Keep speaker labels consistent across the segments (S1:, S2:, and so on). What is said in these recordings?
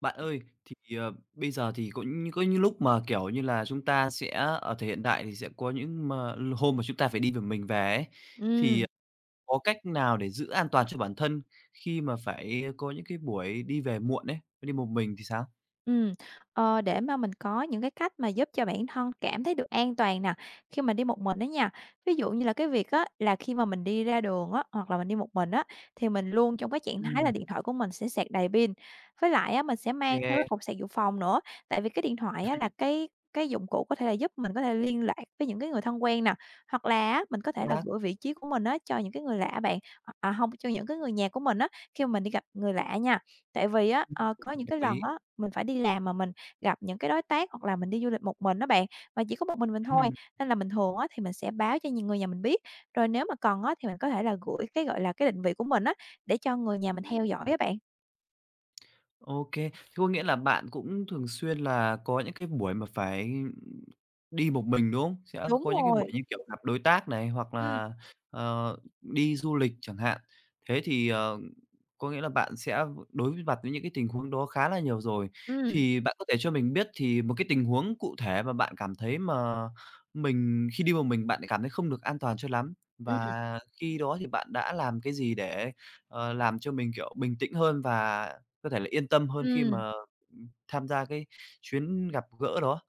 S1: Bạn ơi, bây giờ thì có những lúc mà, kiểu như là, chúng ta sẽ ở thời hiện đại thì sẽ có những mà hôm mà chúng ta phải đi một mình về ấy, thì
S2: Ừm,
S1: ờ, có cách nào để giữ an toàn cho bản thân khi mà phải có những cái buổi đi về muộn ấy, đi một mình thì sao?
S2: ừm. Để mà mình có những cái cách mà giúp cho bản thân cảm thấy được an toàn nè, khi mà đi một mình á nha. Ví dụ như là cái việc á, là khi mà mình đi ra đường á, hoặc là mình đi một mình á, thì mình luôn trong cái trạng thái là
S1: Ừm.
S2: điện thoại của mình sẽ sạc đầy pin. Với lại á, mình sẽ
S1: Ô,
S2: mang theo cái cục sạc dự phòng nữa, tại vì cái điện thoại á, là cái dụng cụ có thể là giúp mình có thể liên lạc với những cái người thân quen nè, hoặc là á, mình có thể là
S1: xác,
S2: gửi vị trí của mình á, cho những cái người lạ bạn, hông, cho những cái người nhà của mình á, khi mà mình đi gặp người lạ nha. Tại vì á, có những cái
S1: đồng
S2: lần
S1: ý.
S2: á, mình phải đi làm mà mình gặp những cái đối tác hoặc là mình đi du lịch một mình đó bạn, mà chỉ có một mình thôi,
S1: Ừm.
S2: nên là mình thường á thì mình sẽ báo cho những người nhà mình biết. Rồi nếu mà cần á thì mình có thể là gửi cái, gọi là, cái định vị của mình á, để cho người nhà mình theo dõi á bạn.
S1: Ô, thế có nghĩa là bạn cũng thường xuyên là có những cái buổi mà phải đi một mình, đúng không? Sẽ
S2: Đúng
S1: có những cái buổi
S2: rồi.
S1: như kiểu gặp đối tác này, hoặc
S2: Ừm,
S1: là, đi du lịch chẳng hạn. Thế thì, có nghĩa là bạn sẽ đối với mặt với những cái tình huống đó khá là nhiều rồi.
S2: ừm,
S1: Thì bạn có thể cho mình biết thì một cái tình huống cụ thể mà bạn cảm thấy mà mình khi đi một mình bạn lại cảm thấy không được an toàn cho lắm,
S2: ừm,
S1: và khi đó thì bạn đã làm cái gì để, làm cho mình, kiểu, bình tĩnh hơn và có thể là yên tâm hơn khi
S2: ừm.
S1: mà tham gia cái chuyến gặp gỡ đó,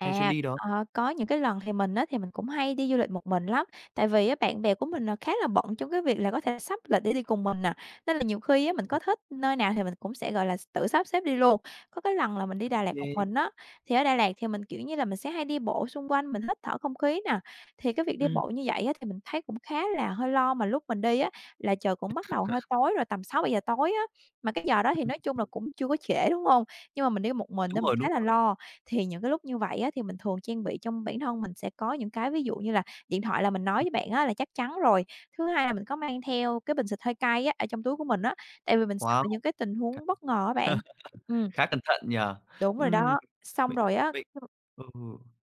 S1: hay chuyến đi đó?
S2: Có những cái lần thì mình á, thì mình cũng hay đi du lịch một mình lắm, tại vì á, bạn bè của mình là khá là bận trong cái việc là có thể sắp lịch để đi cùng mình nè, nên là nhiều khi á, mình có thích nơi nào thì mình cũng sẽ, gọi là, tự sắp xếp đi luôn. Có cái lần là mình đi Đà Lạt một
S1: Kê.
S2: mình á, thì ở Đà Lạt thì mình, kiểu như là, mình sẽ hay đi bộ xung quanh, mình hít thở không khí nè, thì cái việc đi
S1: Ừm.
S2: bộ như vậy á, thì mình thấy cũng khá là hơi lo mà lúc mình đi á, là trời cũng bắt đầu hơi tối rồi, tầm 6:00 giờ tối á, mà cái giờ đó thì
S1: Ừm,
S2: nói chung là cũng chưa có trễ, đúng không? Nhưng mà mình đi một mình
S1: đúng
S2: nên mình
S1: rồi, đúng
S2: khá là
S1: rồi.
S2: lo. Thì những cái lúc như vậy á, thì mình thường trang bị trong bản thân mình sẽ có những cái ví dụ như là điện thoại là mình nói với bạn á là chắc chắn rồi. Thứ hai là mình có mang theo cái bình xịt hơi cay á, ở trong túi của mình á, tại vì mình sợ
S1: Wow!
S2: những cái tình huống bất ngờ á bạn. Ừm,
S1: Khá cẩn thận nhỉ?
S2: đúng rồi
S1: Ừm,
S2: đó. Xong
S1: mình
S2: rồi á,
S1: mình ừ.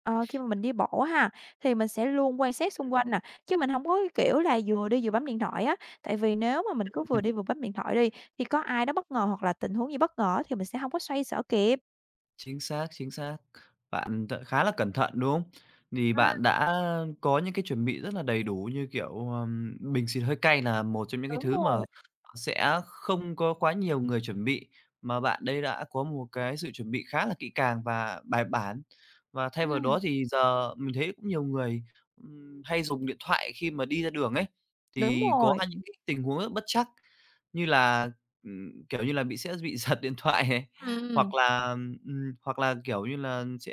S2: ờ, khi mà mình đi bộ ha, thì mình sẽ luôn quan sát xung quanh nè, chứ mình hổng có cái kiểu là vừa đi vừa bấm điện thoại á. Tại vì nếu mà mình cứ vừa đi vừa bấm điện thoại đi, thì có ai đó bất ngờ hoặc là tình huống gì bất ngờ á thì mình sẽ hông có xoay sở kịp.
S1: Chính xác, chính xác. Bạn th khá là cẩn thận, đúng không? Thì bạn
S2: Ừm.
S1: đã có những cái chuẩn bị rất là đầy đủ như, kiểu, bình xịt hơi cay là một trong những cái
S2: Đúng
S1: thứ mà
S2: rồi,
S1: sẽ không có quá nhiều người chuẩn bị, mà bạn đây đã có một cái sự chuẩn bị khá là kỹ càng và bài bản. Và thay vào đó
S2: ừm,
S1: thì giờ mình thấy cũng nhiều người, hay dùng điện thoại khi mà đi ra đường ấy,
S2: đúng
S1: thì có
S2: rồi.
S1: những cái tình huống rất bất trắc như là, kiểu như là, bị sẽ bị giật điện thoại này,
S2: Ừm,
S1: hoặc là, hoặc là, kiểu như là, sẽ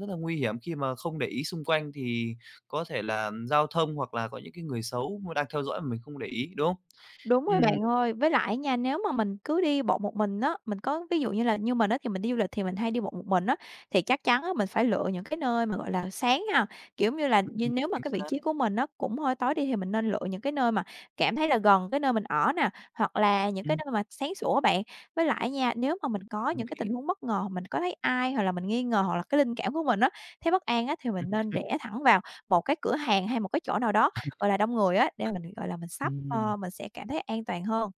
S1: rất là nguy hiểm khi mà không để ý xung quanh thì có thể là giao thông hoặc là có những cái người xấu mà đang theo dõi mà mình không để ý, đúng không?
S2: đúng rồi
S1: Ừm.
S2: bạn ơi. Với lại nha, nếu mà mình cứ đi bộ một mình á, mình có ví dụ như là như mình á thì mình đi du lịch thì mình hay đi bộ một mình á, thì chắc chắn á mình phải lựa những cái nơi mà, gọi là, sáng ha. Kiểu như là, như
S1: Ừm,
S2: nếu mà
S1: chính
S2: cái vị
S1: xác.
S2: trí của mình nó cũng hơi tối đi thì mình nên lựa những cái nơi mà cảm thấy là gần cái nơi mình ở nè, hoặc là những cái
S1: Ừm,
S2: nơi mà sáng sủa á bạn. Với lại nha, nếu mà mình có
S1: đồng
S2: những cái
S1: ý.
S2: tình huống bất ngờ, mình có thấy ai hoặc là mình nghi ngờ hoặc là cái linh cảm của mình á, thấy bất an á thì mình nên rẽ thẳng vào một cái cửa hàng hay một cái chỗ nào đó, gọi là, đông người á, để mình, gọi là, mình sắp,
S1: Ừm.
S2: mình sẽ cảm thấy an toàn hơn.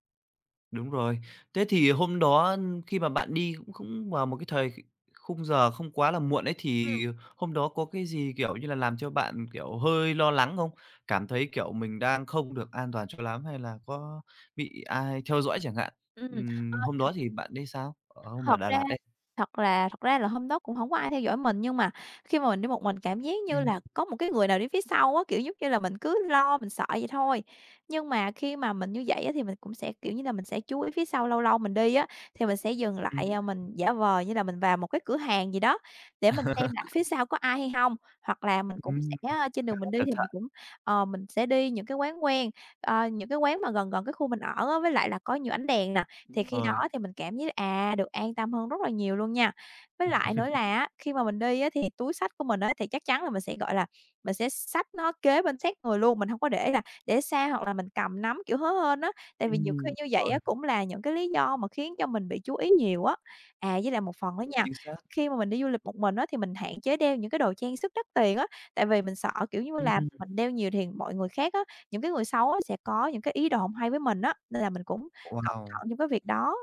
S1: Đúng rồi. Thế thì hôm đó khi mà bạn đi cũng cũng vào một cái thời khung giờ không quá là muộn ấy,
S2: Ừm.
S1: thì hôm đó có cái gì, kiểu như là, làm cho bạn, kiểu, hơi lo lắng không? Cảm thấy, kiểu, mình đang không được an toàn cho lắm hay là có bị ai theo dõi chẳng hạn?
S2: Ừm, ờ
S1: Hôm đó thì bạn đi sao? Ở hôm ở
S2: Thật
S1: Đà
S2: ra
S1: Lạt đấy.
S2: thật ra là hôm đó cũng hổng có ai theo dõi mình, nhưng mà khi mà mình đi một mình cảm giác như
S1: Ừm.
S2: là có một cái người nào đi phía sau á, kiểu, giống như là mình cứ lo, mình sợ vậy thôi. Nhưng mà khi mà mình như vậy á thì mình cũng sẽ, kiểu như là, mình sẽ chú ý phía sau, lâu lâu mình đi á thì mình sẽ dừng
S1: Ừm.
S2: lại, mình giả vờ như là mình vào một cái cửa hàng gì đó để mình xem lại phía sau có ai hay hông. Hoặc là mình cũng
S1: Ừm,
S2: sẽ, trên
S1: khá
S2: đường
S1: là
S2: mình đi
S1: cẩn
S2: thì
S1: thận
S2: mình cũng, mình sẽ đi những cái quán quen, những cái quán mà gần gần cái khu mình ở á, với lại là có nhiều ánh đèn nè. Thì khi đó
S1: rồi.
S2: thì mình cảm giác, được an tâm hơn rất là nhiều luôn nha. Với lại nữa là á, khi mà mình đi á thì túi xách của mình á thì chắc chắn là mình sẽ, gọi là, mình sẽ xách nó kế bên sát người luôn, mình không có để là để xa hoặc là mình cầm nắm, kiểu, hớ hênh á. Tại vì nhiều khi như
S1: Đúng
S2: vậy
S1: rồi,
S2: á cũng là những cái lý do mà khiến cho mình bị chú ý nhiều á. Với lại một phần nữa nha,
S1: chính xác.
S2: khi mà mình đi du lịch một mình á thì mình hạn chế đeo những cái đồ trang sức đắt tiền á, tại vì mình sợ, kiểu như là,
S1: Ừm,
S2: mình đeo nhiều thì mọi người khác á, những cái người xấu á sẽ có những cái ý đồ không hay với mình á, nên là mình cũng cẩn
S1: wow!
S2: thận trong cái việc đó.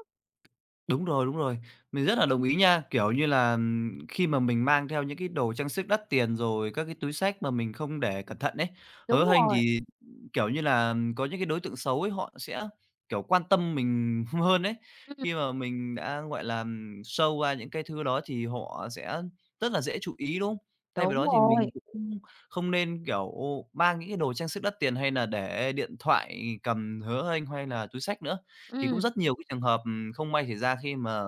S1: Đúng rồi, đúng rồi. Mình rất là đồng ý nha. Kiểu như là, khi mà mình mang theo những cái đồ trang sức đắt tiền rồi các cái túi xách mà mình không để cẩn thận ấy,
S2: Đúng
S1: hớ hênh
S2: rồi,
S1: thì, kiểu như là, có những cái đối tượng xấu ấy, họ sẽ, kiểu, quan tâm mình hơn ấy.
S2: ừm,
S1: Khi mà mình đã, gọi là, show ra những cái thứ đó thì họ sẽ rất là dễ chú ý, đúng không? Thay vào
S2: đúng
S1: đó thì mình
S2: rồi,
S1: cũng không nên, kiểu, mang những cái đồ trang sức đắt tiền hay là để điện thoại cầm hớ hênh hay là túi xách nữa. Thì cũng
S2: ừm,
S1: rất nhiều cái trường hợp, không may xảy ra khi mà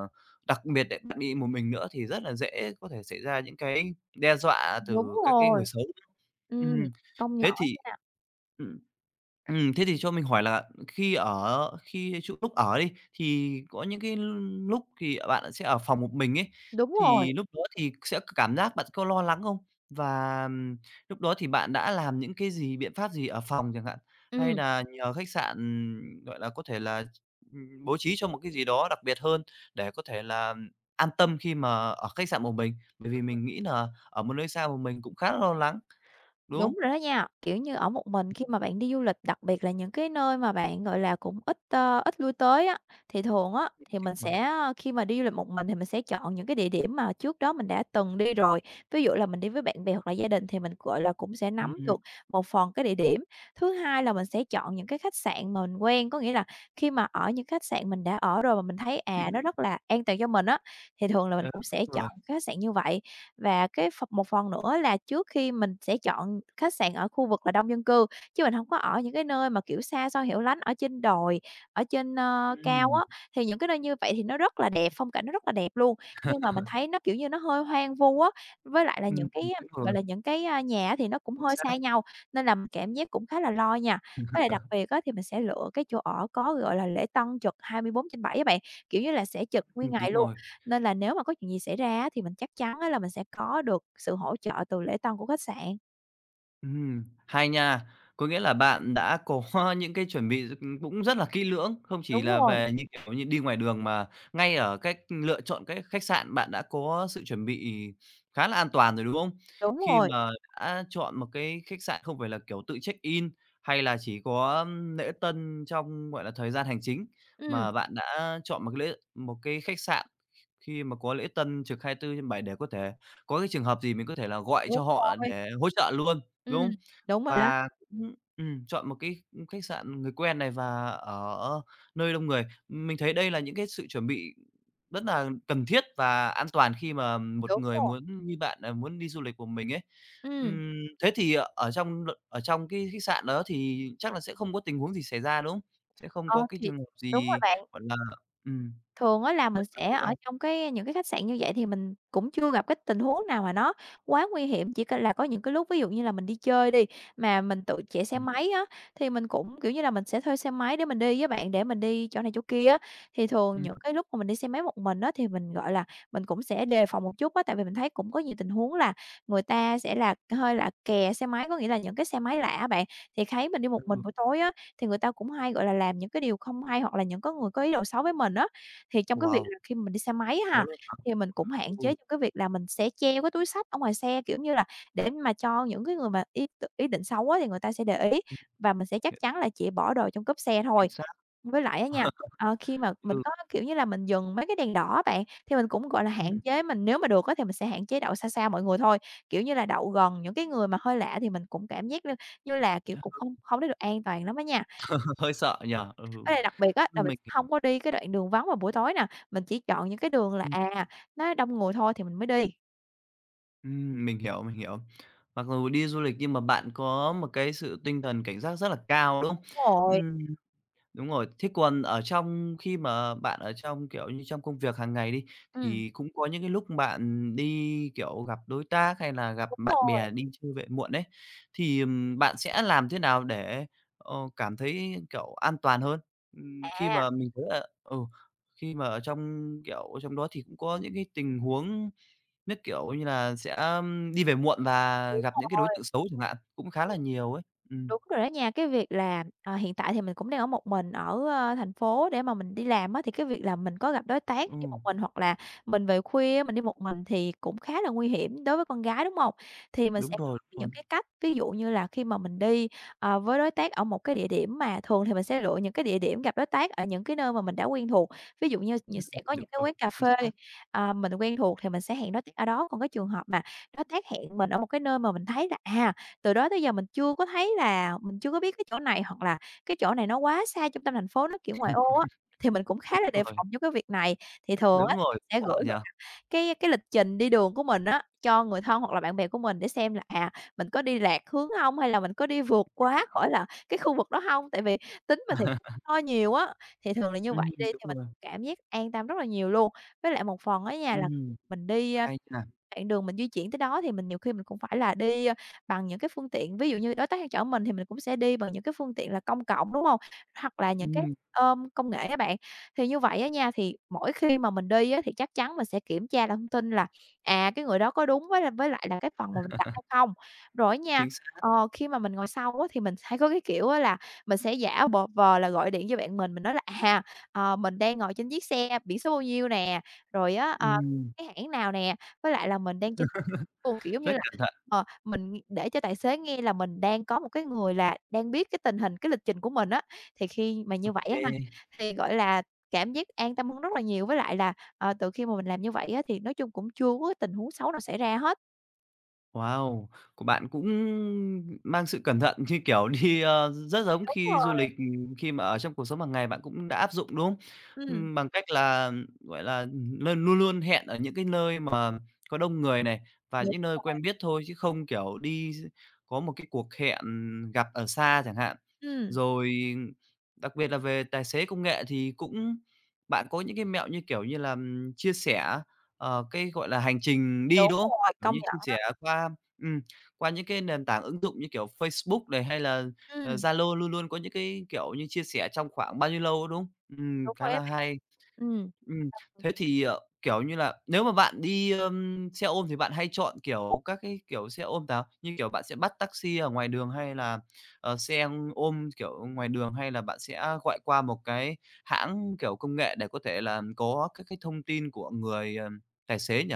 S1: đặc biệt lại bạn đi một mình nữa thì rất là dễ có thể xảy ra những cái đe dọa
S2: đúng
S1: từ các cái người
S2: rồi,
S1: xấu.
S2: ừm,
S1: Ừm,
S2: công
S1: thế
S2: nhỏ
S1: thì
S2: nha.
S1: ừm, thế thì cho mình hỏi là khi ở khi chỗ lúc ở đi, thì có những cái lúc thì bạn sẽ ở phòng một mình ấy,
S2: Đúng rồi,
S1: thì lúc đó thì sẽ cảm giác bạn có lo lắng không? Và, lúc đó thì bạn đã làm những cái gì, biện pháp gì ở phòng chẳng hạn? Hay
S2: ừm.
S1: là nhờ khách sạn, gọi là, có thể là bố trí cho một cái gì đó đặc biệt hơn để có thể là an tâm khi mà ở khách sạn một mình, bởi vì mình nghĩ nà ở một nơi xa một mình cũng khá là lo lắng, đúng không?
S2: Đúng rồi đó nha, kiểu như, ở một mình khi mà bạn đi du lịch, đặc biệt là những cái nơi mà bạn, gọi là, cũng ít, ít lui tới á, thì thường á, thì mình
S1: Đúng rồi.
S2: sẽ khi mà đi du lịch một mình thì mình sẽ chọn những cái địa điểm mà trước đó mình đã từng đi rồi. Ví dụ là mình đi với bạn bè hoặc là gia đình thì mình, gọi là, cũng sẽ nắm
S1: Ừm,
S2: được một phần cái địa điểm. Thứ hai là mình sẽ chọn những cái khách sạn mà mình quen, có nghĩa là khi mà ở những khách sạn mình đã ở rồi mà mình thấy, nó rất là an toàn cho mình á, thì thường là mình
S1: ừ,
S2: cũng sẽ
S1: đúng
S2: chọn
S1: rồi.
S2: khách sạn như vậy. Và cái phần một phần nữa là trước khi mình sẽ chọn khách sạn ở khu vực là đông dân cư, chứ mình hổng có ở những cái nơi mà, kiểu, xa xôi hẻo lánh ở trên đồi, ở trên, cao
S1: Ừm,
S2: á, thì những cái nơi như vậy thì nó rất là đẹp, phong cảnh nó rất là đẹp luôn, nhưng mà mình thấy nó, kiểu như, nó hơi hoang vu á. Với lại là những cái,
S1: đúng
S2: gọi
S1: rồi,
S2: là, những cái, nhà á thì nó cũng
S1: chính
S2: hơi
S1: xác.
S2: xa nhau, nên là mình cảm giác cũng khá là lo nha. Với lại đặc biệt á thì mình sẽ lựa cái chỗ ở có, gọi là, lễ tân trực 24/7 á bạn, kiểu như là, sẽ trực nguyên
S1: Đúng
S2: ngày luôn.
S1: rồi.
S2: Nên là nếu mà có chuyện gì xảy ra á, thì mình chắc chắn á là mình sẽ có được sự hỗ trợ từ lễ tân của khách sạn.
S1: Hay nha. Có nghĩa là bạn đã có những cái chuẩn bị, cũng rất là kỹ lưỡng, không chỉ
S2: Đúng
S1: là
S2: rồi,
S1: về như, kiểu như, đi ngoài đường mà ngay ở cách lựa chọn cái khách sạn bạn đã có sự chuẩn bị khá là an toàn rồi, đúng không?
S2: đúng
S1: Khi
S2: rồi,
S1: mà đã chọn một cái khách sạn không phải là, kiểu, tự check-in hay là chỉ có lễ tân trong, gọi là, thời gian hành chính,
S2: ừm,
S1: mà bạn đã chọn một cái lễ một cái khách sạn khi mà có lễ tân trực 24 bảy để có thể có cái trường hợp gì mình có thể là gọi
S2: đúng
S1: cho họ
S2: rồi,
S1: để hỗ trợ luôn. Đúng
S2: ừm,
S1: không?
S2: đúng rồi đó,
S1: Và cũng chọn một cái khách sạn người quen này và ở nơi đông người. Mình thấy đây là những cái sự chuẩn bị rất là cần thiết và an toàn khi mà một
S2: đúng
S1: người
S2: rồi,
S1: muốn như bạn, à, muốn đi du lịch của mình ấy.
S2: ừm,
S1: Ừm, thế thì ở trong l ở trong cái khách sạn đó thì chắc là sẽ không có tình huống gì xảy ra, đúng không? Sẽ không
S2: ờ,
S1: có cái
S2: thì
S1: trường hợp
S2: đúng rồi
S1: gì,
S2: bạn.
S1: gọi là, ừm,
S2: Thường á là mình
S1: bất ngờ
S2: sẽ
S1: xảy ra.
S2: ở trong cái những cái khách sạn như vậy thì mình cũng chưa gặp cái tình huống nào mà nó quá nguy hiểm, chỉ c là có những cái lúc ví dụ như là mình đi chơi đi, mà mình tự chạy xe
S1: Ừm,
S2: máy á, thì mình cũng, kiểu như là, mình sẽ thuê xe máy để mình đi với bạn, để mình đi chỗ này chỗ kia á. Thì thường
S1: ừm,
S2: những cái lúc mà mình đi xe máy một mình á, thì mình, gọi là, mình cũng sẽ đề phòng một chút á, tại vì mình thấy cũng có nhiều tình huống là người ta sẽ là hơi là kè xe máy, có nghĩa là những cái xe máy lạ á bạn, thì thấy mình đi
S1: ừ,
S2: một
S1: ừ.
S2: mình buổi tối á, thì người ta cũng hay, gọi là, làm những cái điều không hay hoặc là những có người có ý đồ xấu với mình á. Thì trong cái việc
S1: Wow,
S2: là khi mình đi xe máy á
S1: có
S2: ha,
S1: luôn hả?
S2: thì mình cũng
S1: Ừ,
S2: hạn chế trong cái việc là mình sẽ treo cái túi xách ở ngoài xe, kiểu như là, để mà cho những cái người mà ý định xấu á thì người ta sẽ để ý, và mình sẽ chắc chắn là chỉ bỏ đồ trong cốp xe
S1: chính
S2: thôi.
S1: xác,
S2: Với lại á nha, khi mà mình
S1: ừ,
S2: có, kiểu như là, mình dừng mấy cái đèn đỏ á bạn, thì mình cũng, gọi là, hạn chế mình nếu mà được á thì mình sẽ hạn chế đậu xa xa mọi người thôi, kiểu như là, đậu gần những cái người mà hơi lạ thì mình cũng cảm giác như như là, kiểu, cũng không không có được an toàn lắm á nha.
S1: hơi sợ nhỉ? Ừ.
S2: Cái này đặc biệt á là mình
S1: Mình
S2: sẽ
S1: hiểu.
S2: hông có đi cái đoạn đường vắng vào buổi tối nè, mình chỉ chọn những cái đường là,
S1: Ừm,
S2: à, nó đông người thôi thì mình mới đi.
S1: mình hiểu, mình hiểu. Mặc dù đi du lịch nhưng mà bạn có một cái sự tinh thần cảnh giác rất là cao, đúng không?
S2: Đúng rồi,
S1: Ừm. Đúng rồi. Thế còn ở trong khi mà bạn ở trong, kiểu như, trong công việc hàng ngày đi,
S2: ừm,
S1: thì cũng có những cái lúc bạn đi, kiểu, gặp đối tác hay là gặp
S2: đúng
S1: bạn
S2: rồi,
S1: bè đi chơi về muộn ấy, thì, bạn sẽ làm thế nào để, cảm thấy, kiểu, an toàn hơn? Khi
S2: à.
S1: mà mình thấy là ừ, khi mà ở trong, kiểu, trong đó thì cũng có những cái tình huống nó, kiểu như là, sẽ đi về muộn và gặp những cái đối
S2: Rồi.
S1: tượng xấu chẳng hạn, cũng khá là
S2: Ừm.
S1: nhiều ấy. Ừm,
S2: Đúng rồi đó nha, cái việc là, hiện tại thì mình cũng đang ở một mình ở, thành phố để mà mình đi làm á, thì cái việc là mình có gặp đối tác đi một
S1: ừ,
S2: mình hoặc là mình về khuya á, mình đi một mình thì cũng khá là nguy hiểm đối với con gái, đúng hông? Thì mình
S1: đúng
S2: sẽ có
S1: rồi, đúng
S2: những
S1: rồi.
S2: cái cách, ví dụ như là khi mà mình đi, với đối tác ở một cái địa điểm mà thường thì mình sẽ lựa những cái địa điểm gặp đối tác ở những cái nơi mà mình đã quen thuộc. Ví dụ như nh
S1: Ừm,
S2: sẽ có
S1: đúng
S2: những cái
S1: rồi,
S2: quán cà
S1: chính
S2: phê,
S1: xác,
S2: mình quen thuộc thì mình sẽ hẹn đối tác ở đó, còn cái trường hợp mà nó tác hiện mình ở một cái nơi mà mình thấy là, à, từ đó tới giờ mình chưa có thấy là mình chưa có biết cái chỗ này, hoặc là cái chỗ này nó quá xa trung tâm thành phố, nó, kiểu, ngoại ô á, thì mình cũng khá là
S1: đúng
S2: đề
S1: rồi,
S2: phòng trong cái việc này. Thì thường
S1: đúng
S2: á
S1: rồi,
S2: sẽ
S1: sợ
S2: gửi,
S1: nhỉ?
S2: gọi là, cái lịch trình đi đường của mình á cho người thân hoặc là bạn bè của mình để xem là, à, mình có đi lạc hướng không hay là mình có đi vượt quá khỏi là cái khu vực đó không. Tại vì tính mình thì cũng lo nhiều á, thì thường là như
S1: Ừm,
S2: vậy đi
S1: đúng
S2: thì mình
S1: rồi,
S2: cảm giác an tâm rất là nhiều luôn. Với lại một phần á nha là
S1: ừm,
S2: mình đi,
S1: hay nha,
S2: đoạn đường mình di chuyển tới đó thì mình nhiều khi mình cũng phải là đi, bằng những cái phương tiện ví dụ như đối tác hay chở mình thì mình cũng sẽ đi bằng những cái phương tiện là công cộng, đúng không? Hoặc là những cái
S1: ừm,
S2: ôm công nghệ các bạn. Thì như vậy á nha, thì mỗi khi mà mình đi á thì chắc chắn mình sẽ kiểm tra lại thông tin là, à, cái người đó có đúng với lại là cái phần mà mình đặt hay không. Rồi á nha,
S1: chính xác,
S2: khi mà mình ngồi sau á thì mình hay có cái kiểu á là mình sẽ giả bờ vờ là gọi điện cho bạn mình nói là "À, ờ, mình đang ngồi trên chiếc xe biển số bao nhiêu nè, rồi á, ờ
S1: ừm,
S2: cái hãng nào nè, với lại là mình đang trên kiểu, giống
S1: rất
S2: như là,
S1: cẩn thận,
S2: mình ng để cho tài xế nghe là mình đang có một cái người là đang biết cái tình hình, cái lịch trình của mình á. Thì khi mà
S1: ô
S2: như vậy á
S1: kê.
S2: ha, thì, gọi là, cảm giác an tâm hơn rất là nhiều, với lại là, từ khi mà mình làm như vậy á, thì nói chung cũng chưa có cái tình huống xấu nào xảy ra hết.
S1: Wow! Của bạn cũng mang sự cẩn thận như kiểu đi, rất giống
S2: Đúng
S1: khi du
S2: rồi.
S1: lịch, khi mà ở trong cuộc sống hàng ngày bạn cũng đã áp dụng, đúng không?
S2: Ừm.
S1: Bằng cách là, gọi là, luôn luôn luôn hẹn ở những cái nơi mà có đông người này, và
S2: Đúng.
S1: những nơi quen biết thôi, chứ không, kiểu, đi có một cái cuộc hẹn gặp ở xa chẳng hạn.
S2: Ừm.
S1: Rồi đặc biệt là về tài xế công nghệ thì cũng bạn có những cái mẹo như, kiểu như là, chia sẻ, cái, gọi là, hành trình đi,
S2: Đúng
S1: đúng không?
S2: rồi,
S1: Kiểu
S2: công
S1: như, chia
S2: nhận á.
S1: sẻ qua ừm, qua những cái nền tảng ứng dụng như kiểu Facebook này, hay là,
S2: Ừm,
S1: Zalo luôn luôn có những cái, kiểu như, chia sẻ trong khoảng bao nhiêu lâu, đúng không?
S2: đúng
S1: Khá
S2: rồi á
S1: là
S2: bạn.
S1: hay.
S2: Ừm.
S1: Ừm, thế thì, kiểu như là, nếu mà bạn đi, xe ôm thì bạn hay chọn, kiểu, các cái kiểu xe ôm nào? Như kiểu bạn sẽ bắt taxi ở ngoài đường hay là, xe ôm, kiểu, ngoài đường, hay là bạn sẽ gọi qua một cái hãng, kiểu, công nghệ để có thể là có các cái thông tin của người, tài xế nhỉ?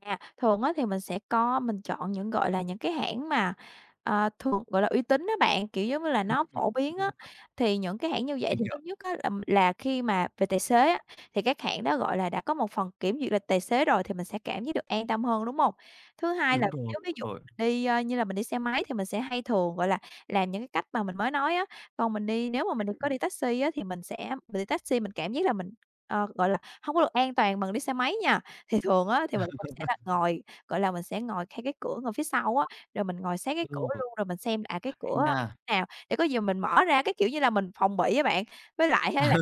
S2: À, thường á thì mình sẽ có mình chọn những, gọi là, những cái hãng mà, thường, gọi là, uy tín á bạn, kiểu, giống như là, nó phổ biến á. Thì những cái hãng như vậy
S1: Mình
S2: thì
S1: hiểu.
S2: thứ nhất á là khi mà về tài xế á, thì các hãng đó, gọi là, đã có một phần kiểm duyệt lịch tài xế rồi thì mình sẽ cảm thấy được an tâm hơn, đúng hông? Thứ hai là
S1: Đúng rồi,
S2: nếu
S1: đúng
S2: ví dụ
S1: rồi.
S2: mình đi, như là mình đi xe máy thì mình sẽ hay thường, gọi là, làm những cái cách mà mình mới nói á. Còn mình đi nếu mà mình đi có đi taxi á thì mình đi taxi mình cảm giác là mình, gọi là, hông có được an toàn bằng đi xe máy nha. Thì thường á thì mình cũng sẽ là ngồi, gọi là, mình sẽ ngồi khay cái cửa ngồi phía sau á, rồi mình ngồi sát cái
S1: Ừ,
S2: cửa luôn, rồi mình xem, là, à, cái
S1: hay
S2: cửa
S1: nha.
S2: nào để có gì mình mở ra, cái kiểu như là, mình phòng bị á bạn. Với lại á là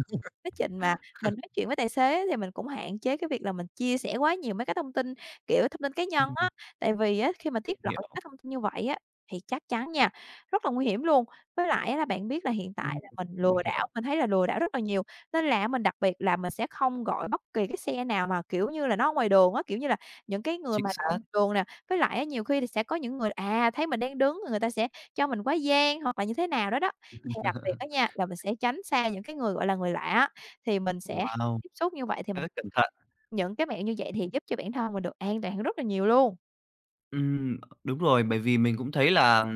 S2: quá trình mà mình nói chuyện với tài xế á thì mình cũng hạn chế cái việc là mình chia sẻ quá nhiều mấy cái thông tin, kiểu, thông tin cá nhân
S1: Ừm,
S2: á, tại vì á khi mà
S1: mình
S2: tiết lộ
S1: hiểu,
S2: các thông tin như vậy á thì chắc chắn nha, rất là nguy hiểm luôn. Với lại á là bạn biết là hiện
S1: ừm,
S2: tại là mình
S1: mình
S2: lừa đảo,
S1: hiểu.
S2: mình thấy là lừa đảo rất là nhiều. Nên là mình đặc biệt là mình sẽ không gọi bất kỳ cái xe nào mà, kiểu như là, nó ở ngoài đường á, kiểu như là, những cái người
S1: Chính
S2: mà đậu
S1: xác.
S2: ngoài đường nè, với lại á nhiều khi thì sẽ có những người, à, thấy mình đang đứng người ta sẽ cho mình quá giang hoặc là như thế nào đó đó. Thì đặc biệt á nha, là mình sẽ tránh xa những cái người, gọi là, người lạ á, thì mình sẽ
S1: Wow,
S2: tiếp xúc như vậy thì mình
S1: rất cẩn thận.
S2: những cái mẹo như vậy thì giúp cho bản thân mình được an toàn hơn rất là nhiều luôn.
S1: Ừm, đúng rồi, bởi vì mình cũng thấy là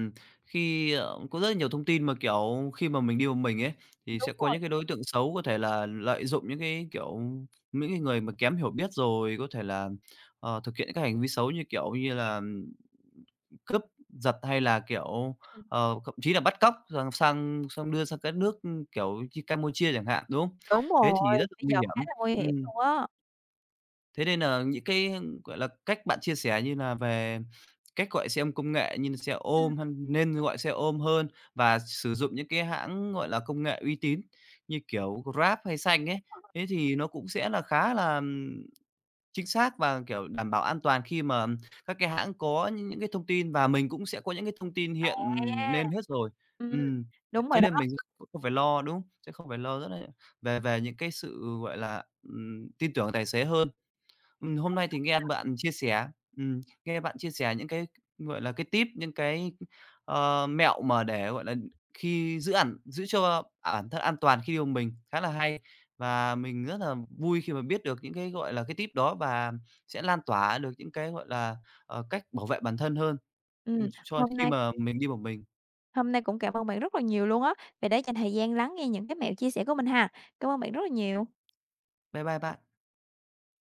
S1: khi, có rất nhiều thông tin mà, kiểu, khi mà mình đi một mình ấy, thì
S2: Đúng
S1: sẽ có
S2: rồi.
S1: những cái đối tượng xấu có thể là lợi dụng những cái, kiểu, những cái người mà kém hiểu biết rồi có thể là, thực hiện các hành vi xấu như, kiểu như là, cướp giật hay là, kiểu,
S2: Ừm.
S1: thậm chí là bắt cóc sang sang xong đưa sang các nước, kiểu, như Campuchia chẳng hạn, đúng không?
S2: Đúng
S1: Thế thì rất
S2: rồi,
S1: là
S2: bây
S1: nguy
S2: giờ khá
S1: hiểm.
S2: là nguy hiểm
S1: Ừm.
S2: luôn á.
S1: Thế nên là những cái, gọi là, cách bạn chia sẻ như là về cách gọi xe công nghệ như là xe
S2: Ừm.
S1: ôm hay nên gọi xe ôm hơn và sử dụng những cái hãng, gọi là, công nghệ uy tín như kiểu Grab hay Xanh ấy, thế thì nó cũng sẽ là khá là, chính xác và, kiểu, đảm bảo an toàn khi mà các cái hãng có những cái thông tin và mình cũng sẽ có những cái thông tin hiện
S2: À.
S1: nên hết rồi.
S2: Ừm,
S1: Ừm,
S2: đúng rồi
S1: thế nên
S2: đó.
S1: mình cũng không phải lo, đúng không? Sẽ không phải lo rất là về về những cái sự, gọi là, tin tưởng tài xế hơn. Hôm nay thì nghe bạn chia sẻ nghe bạn chia sẻ những cái, gọi là, cái tip, những cái, mẹo mà để, gọi là, khi giữ ẩn giữ cho bản thân an toàn khi đi một mình khá là hay. Và mình rất là vui khi mà biết được những cái, gọi là, cái tip đó và sẽ lan tỏa được những cái, gọi là, cách bảo vệ bản thân hơn,
S2: Ừm,
S1: cho
S2: hôm
S1: khi
S2: nay
S1: mà mình đi một mình.
S2: Hôm nay cũng cảm ơn bạn rất là nhiều luôn á, vì đã dành thời gian lắng nghe những cái mẹo chia sẻ của mình ha. Cảm ơn bạn rất là nhiều.
S1: Bye bye bạn.